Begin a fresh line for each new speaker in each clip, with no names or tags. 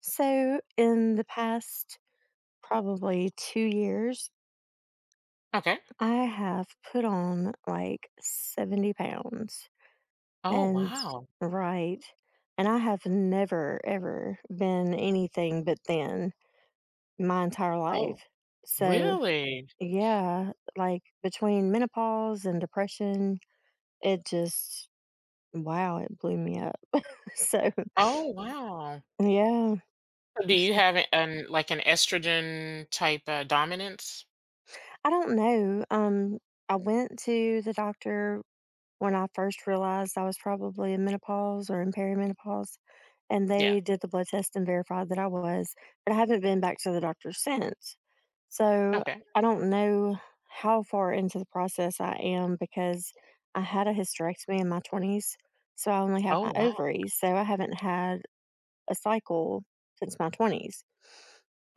So, in the past probably 2 years,
Okay.
I have put on like 70 pounds
Oh,
and
wow.
right. And I have never, ever been anything but thin my entire life.
Oh,
So,
really?
yeah, like between menopause and depression, it just, wow, it blew me up. So,
Oh, wow.
yeah.
So do you
So
have an like an estrogen type dominance?
I don't know. I went to the doctor when I first realized I was probably in menopause or in perimenopause, and
Yeah.
they did the blood test and verified that I was, but I haven't been back to the doctor since. So
Okay.
I don't know how far into the process I am because I had a hysterectomy in my 20s. So I only have
Oh,
my
wow.
ovaries. So I haven't had a cycle since my 20s.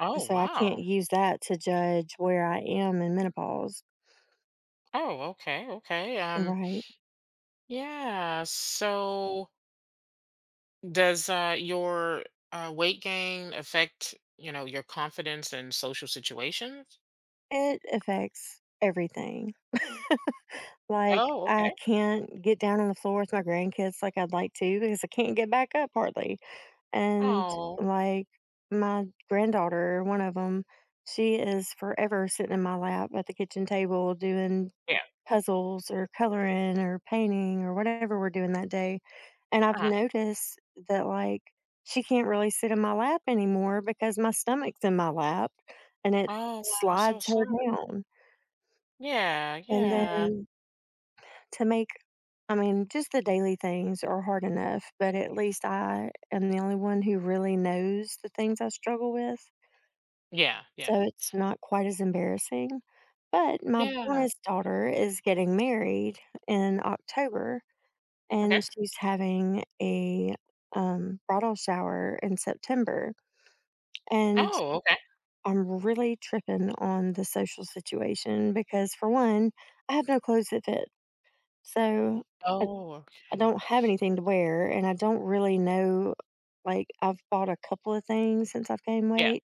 Oh,
So I can't
wow.
use that to judge where I am in menopause.
Oh, okay. Okay.
Right.
Yeah. So does your weight gain affect, you know, your confidence in social situations?
It affects everything. Like,
Oh,
I
okay.
can't get down on the floor with my grandkids like I'd like to because I can't get back up hardly. And
Oh,
like my granddaughter, one of them, she is forever sitting in my lap at the kitchen table doing
yeah.
puzzles or coloring or painting or whatever we're doing that day. And I've
Uh-huh.
noticed that like she can't really sit in my lap anymore because my stomach's in my lap and it
Oh, wow. I'm so
slides her
sorry.
down.
Yeah,
And
yeah.
then to make I mean, just the daily things are hard enough, but at least I am the only one who really knows the things I struggle with,
Yeah, yeah.
so it's not quite as embarrassing. But my
Yeah.
bonus daughter is getting married in October,
Okay.
and she's having a, bridal shower in September, and
Oh, okay.
I'm really tripping on the social situation because, for one, I have no clothes that fit, so
Oh,
I
okay.
don't have anything to wear, and I don't really know like, I've bought a couple of things since I've gained
Yeah.
weight,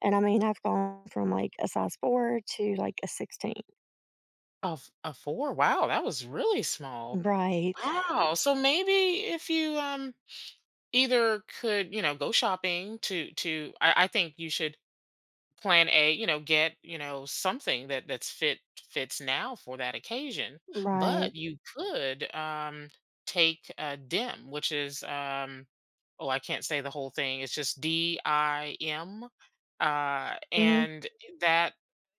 and I mean, I've gone from, like, a size 4 to, like, a 16.
A 4? Wow, that was really small.
Right.
Wow, so maybe if you, either could, you know, go shopping to I think you should plan a, you know, get, you know, something that that's fit fits now for that occasion,
Right.
but you could, take, DIM, which is, oh, I can't say the whole thing, it's just DIM,
Mhm.
and that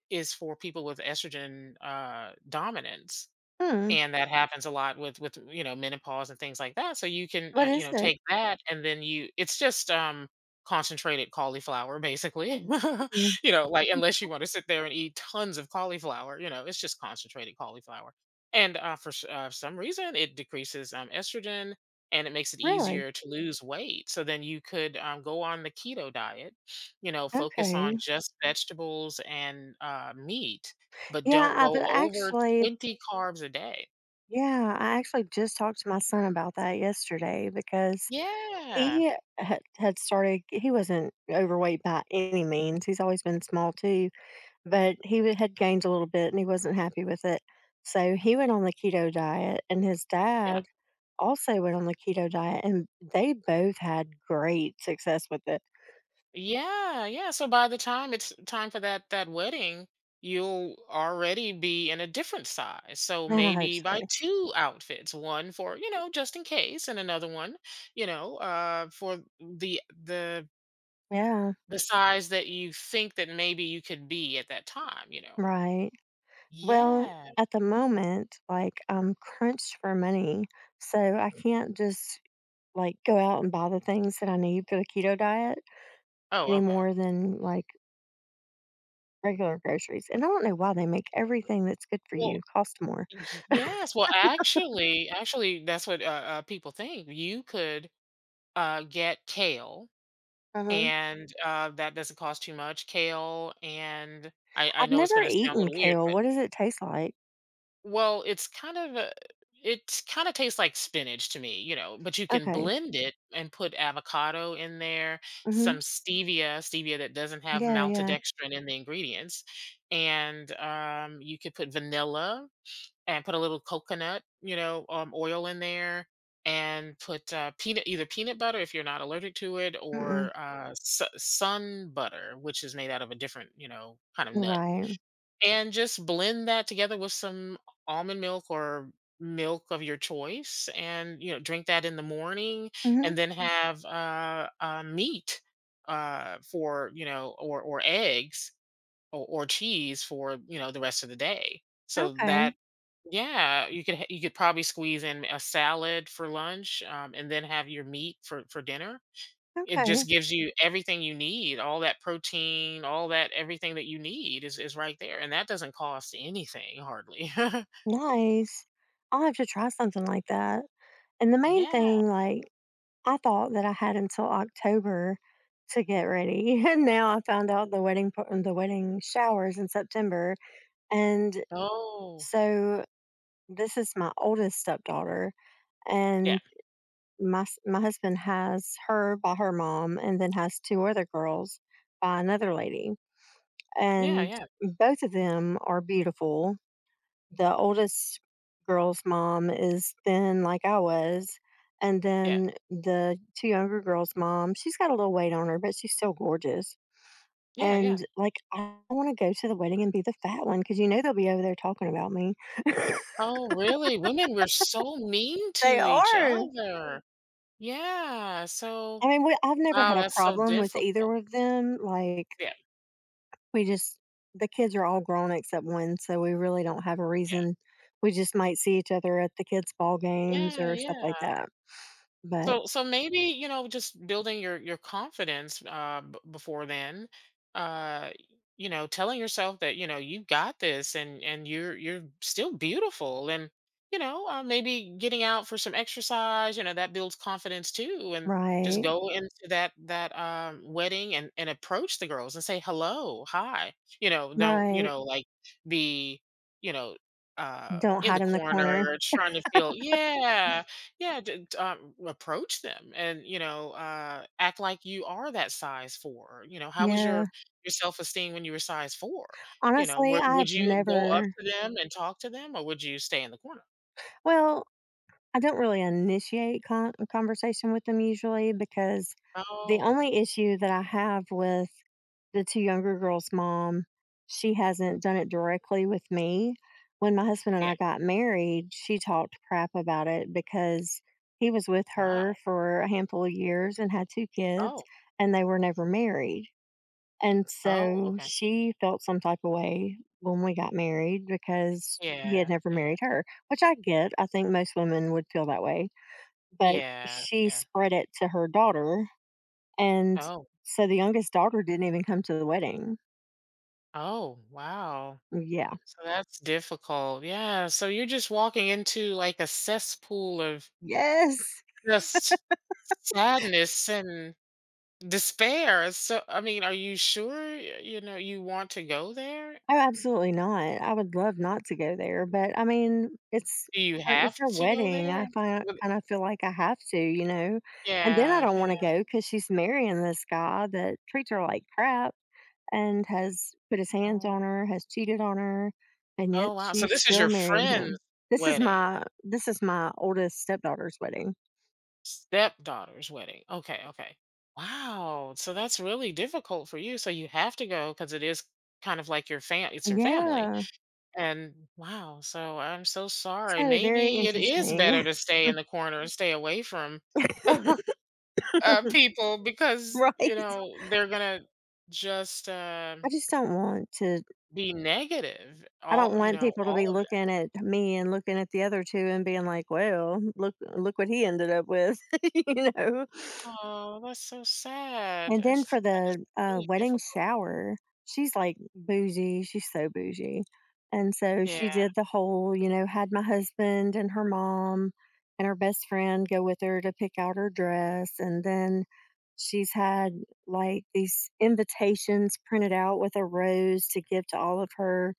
is for people with estrogen dominance.
Hmm.
And that happens a lot with, you know, menopause and things like that, so you can,
What
you
is
know,
it?
take that and then you it's just, concentrated cauliflower basically,
Mm.
you know, like, unless you wanna sit there and eat tons of cauliflower, you know, it's just concentrated cauliflower. And, for s some reason, it decreases, estrogen, and it makes it
Really?
easier to lose weight, so then you could, go on the keto diet, you know, focus
Okay.
on just vegetables and, meat, but
Yeah,
don't go over 20 carbs a day.
I actually just talked to my son about that yesterday because
Yeah.
he had had started he wasn't overweight by any means, he's always been small too. But he w had gained a little bit, and he wasn't happy with it, so he went on the keto diet, and his
Yeah.
dad also went on the keto diet, and they both had great success with it.
Yeah, yeah. So by the time it's time for that wedding, you'll already be in a different size. So
Man, I hope
maybe
so.
buy two outfits, one for, you know, just in case and another one, you know, for the the
Yeah,
the size that you think that maybe you could be at that time, you know.
right. Well,
Yeah.
at the moment, like, I'm crunched for money, so I can't just, like, go out and buy the things that I need for the keto diet
Oh,
any
okay. Okay.
more than, like, regular groceries, and I don't know why they make everything that's good for you
Well,
cost more.
yes. Well, actually, that's what people think. You could get kale,
Mhm.
and, that doesn't cost too much. Kale, and I
I've
know it's
never
gonna sound a
eaten
little weird,
kale.
but
What does it taste like?
well, it kinda tastes like spinach to me, you know, but you can
Okay.
blend it and put avocado in there, some
Mhm.
stevia that doesn't have
Yeah, yeah.
maltodextrin in the ingredients, and, you could put vanilla and put a little coconut, you know, oil in there, and put either peanut butter if you're not allergic to it,
Mm-mm.
or sun butter, which is made out of a different, you know, kind of
You're
nut,
right.
and just blend that together with some almond milk or milk of your choice, and you know, drink that in the morning,
Mhm.
and then have meat, for you know, or eggs or cheese for, you know, the rest of the day. So
Okay.
that Yeah, you could probably squeeze in a salad for lunch, and then have your meat for dinner. It
Okay.
just gives you everything you need, all that protein, all that everything that you need is right there, and that doesn't cost anything hardly.
Nice. I'll have to try something like that. And the main
Yeah.
thing, like, I thought that I had until October to get ready, and now I found out the wedding showers in September, and
Oh.
so this is my oldest stepdaughter,
Yeah.
and my husband has her by her mom, and then has two other girls by another lady,
Yeah.
and
Yeah.
both of them are beautiful. The oldest girl's mom is thin, like I was, and
Yeah.
then the two younger girls' mom, she's got a little weight on her, but she's still gorgeous.
Yeah. Yeah.
And like, I want to go to the wedding and be the fat one because you know they'll be over there talking about me.
Oh, really? Women were so mean
They
to each
are.
other. Yeah. So
I mean, I've never
wow,
had a
that's so
problem with either
difficult.
of them. Like,
Yeah,
We just the kids are all grown except one, so we really don't have a
yeah.
reason. We just might see each other at the kids' ball games
Yeah,
or stuff like
yeah.
that. But
So maybe, you know, just building your confidence, before then, uh, you know, telling yourself that you know you got this, and you're still beautiful, and you know, maybe getting out for some exercise, you know, that builds confidence too, and just
Right,
go into that wedding, and approach the girls and say hello, hi, you know, don't, you
right.
know, like be, you know,
Don't
in
hide
the
in the corner.
corner trying to feel yeah yeah, approach them, and you know, act like you are that size four. You know, how was
Yeah.
your self esteem when you were size four? You know,
Honestly, I've
would you go up
never
to them and talk to them, or would you stay in the corner?
well, I don't really initiate a conversation with them usually because the
Oh, okay,
only issue that I have with the two younger girls' mom, she hasn't done it directly with me. When my husband and
yeah,
I got married, she talked crap about it because he was with
wow.
her for a handful of years and had two kids,
Oh,
and they were never married. And
oh,
so
okay,
she felt some type of way when we got married because he had
yeah,
never
yeah,
married her, which I get. I think most women would feel that way. But
yeah,
she
yeah.
spread it to her daughter. And
Oh,
so the youngest daughter didn't even come to the wedding.
oh, wow.
Yeah.
So that's difficult. Yeah. So you're just walking into like a cesspool of
Yes.
just sadness and despair, so I mean, are you sure, y you know, you want to go there?
Oh, absolutely not. I would love not to go there. But I mean, it's
Do you
her, it's
have
her
to go
wedding. I
there?
find,
With
kind of feel like I have to, you know. And then I
Yeah,
don't want to
yeah.
go because she's marrying this guy that treats her like crap and has put his hands
Oh
on her, has cheated on her, and yet
oh, wow, so
she's
this is
still
your
marrying
friend's
him. This is
wedding,
my this is my oldest stepdaughter's wedding.
stepdaughter's wedding. Okay, okay. Wow, so that's really difficult for you, so you have to go because it is kind of like your fam it's your family,
Yeah,
and wow, so I'm so
it's
sorry.
gonna be very
Maybe it is better
interesting,
to stay in the corner and stay away from people because
right? I
you know they're gonna just
just don't want to.
be negative.
I don't
All You
want
know,
people to
all
be
of them.
looking at me and looking at the other two and being like, "Well, look, look what he ended up with," you know.
Oh, that's so sad.
And then for
That is
the,
really
wedding
difficult.
shower, she's, like, bougie, she's so bougie, and so she
Yeah,
did the whole, you know, had my husband and her mom and her best friend go with her to pick out her dress, and then she's had, like, these invitations printed out with a rose to give to all of her,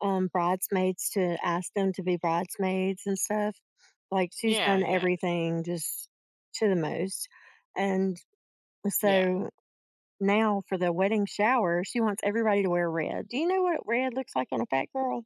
bridesmaids to ask them to be bridesmaids and stuff. Like, she's
yeah,
done
yeah,
everything just to the most, and
yeah.
so now for the wedding shower, she wants everybody to wear red. Do you know what red looks like on a fat girl?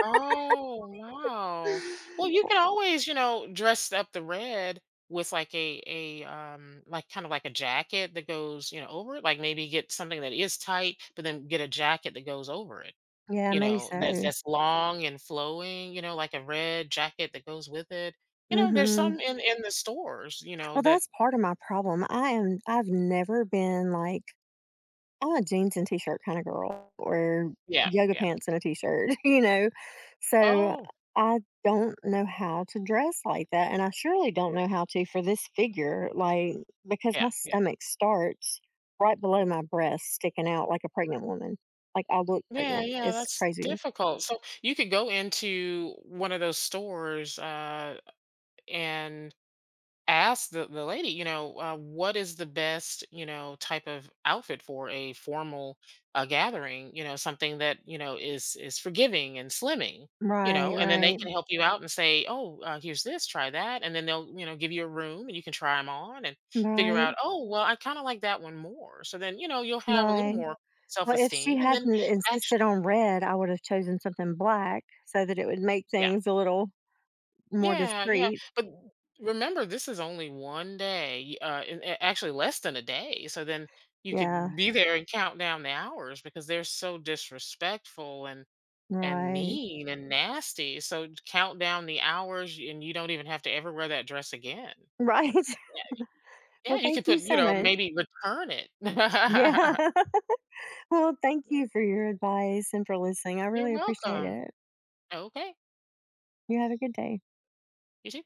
Oh, wow. Well, you can always, you know, dress up the red with like a like kind of like a jacket that goes, you know, over it. Like maybe get something that is tight, but then get a jacket that goes over it.
Yeah,
You
maybe
know, that's
so.
that's long and flowing, you know, like a red jacket that goes with it. You know, there's
Mhm.
some in the stores, you know,
Well,
that
that's part of my problem. I've never been, like I'm a jeans and t-shirt kind of girl or
yeah,
yoga
yeah.
pants and a t-shirt, you know? So
Oh,
I don't know how to dress like that. And I surely don't know how to for this figure, like, because
yeah,
my
yeah.
stomach starts right below my breast, sticking out like a pregnant woman. Like I look
Yeah,
pregnant.
yeah,
It's
that's
crazy.
difficult. So, you could go into one of those stores, and asked the lady, you know, what is the best, you know, type of outfit for a formal gathering, you know, something that, you know, is forgiving and slimming, you
Right,
know, and then they
right,
can help you out and say, oh, here's this, try that. And then they'll, you know, give you a room and you can try them on and figure
right,
out, oh, well, I kind of like that one more. So then, you know, you'll have a little
right.
more
Well, if she
self-esteem, and then
hadn't insisted
actually,
on red, I would have chosen something black so that it would make things a little more
yeah, yeah.
discreet.
But remember, this is only one day, and actually less than a day. So then you
Yeah.
could be there and count down the hours because they're so disrespectful and
Right.
mean and nasty. So count down the hours, and you don't even have to ever wear that dress again.
Right.
Yeah,
Well,
you
thank
could put,
you
you
so
know,
much.
maybe return it.
Yeah. Well, thank
Yeah,
you for your advice and for listening. I
you're
really appreciate
welcome.
it.
Okay.
You have a good day.
You too.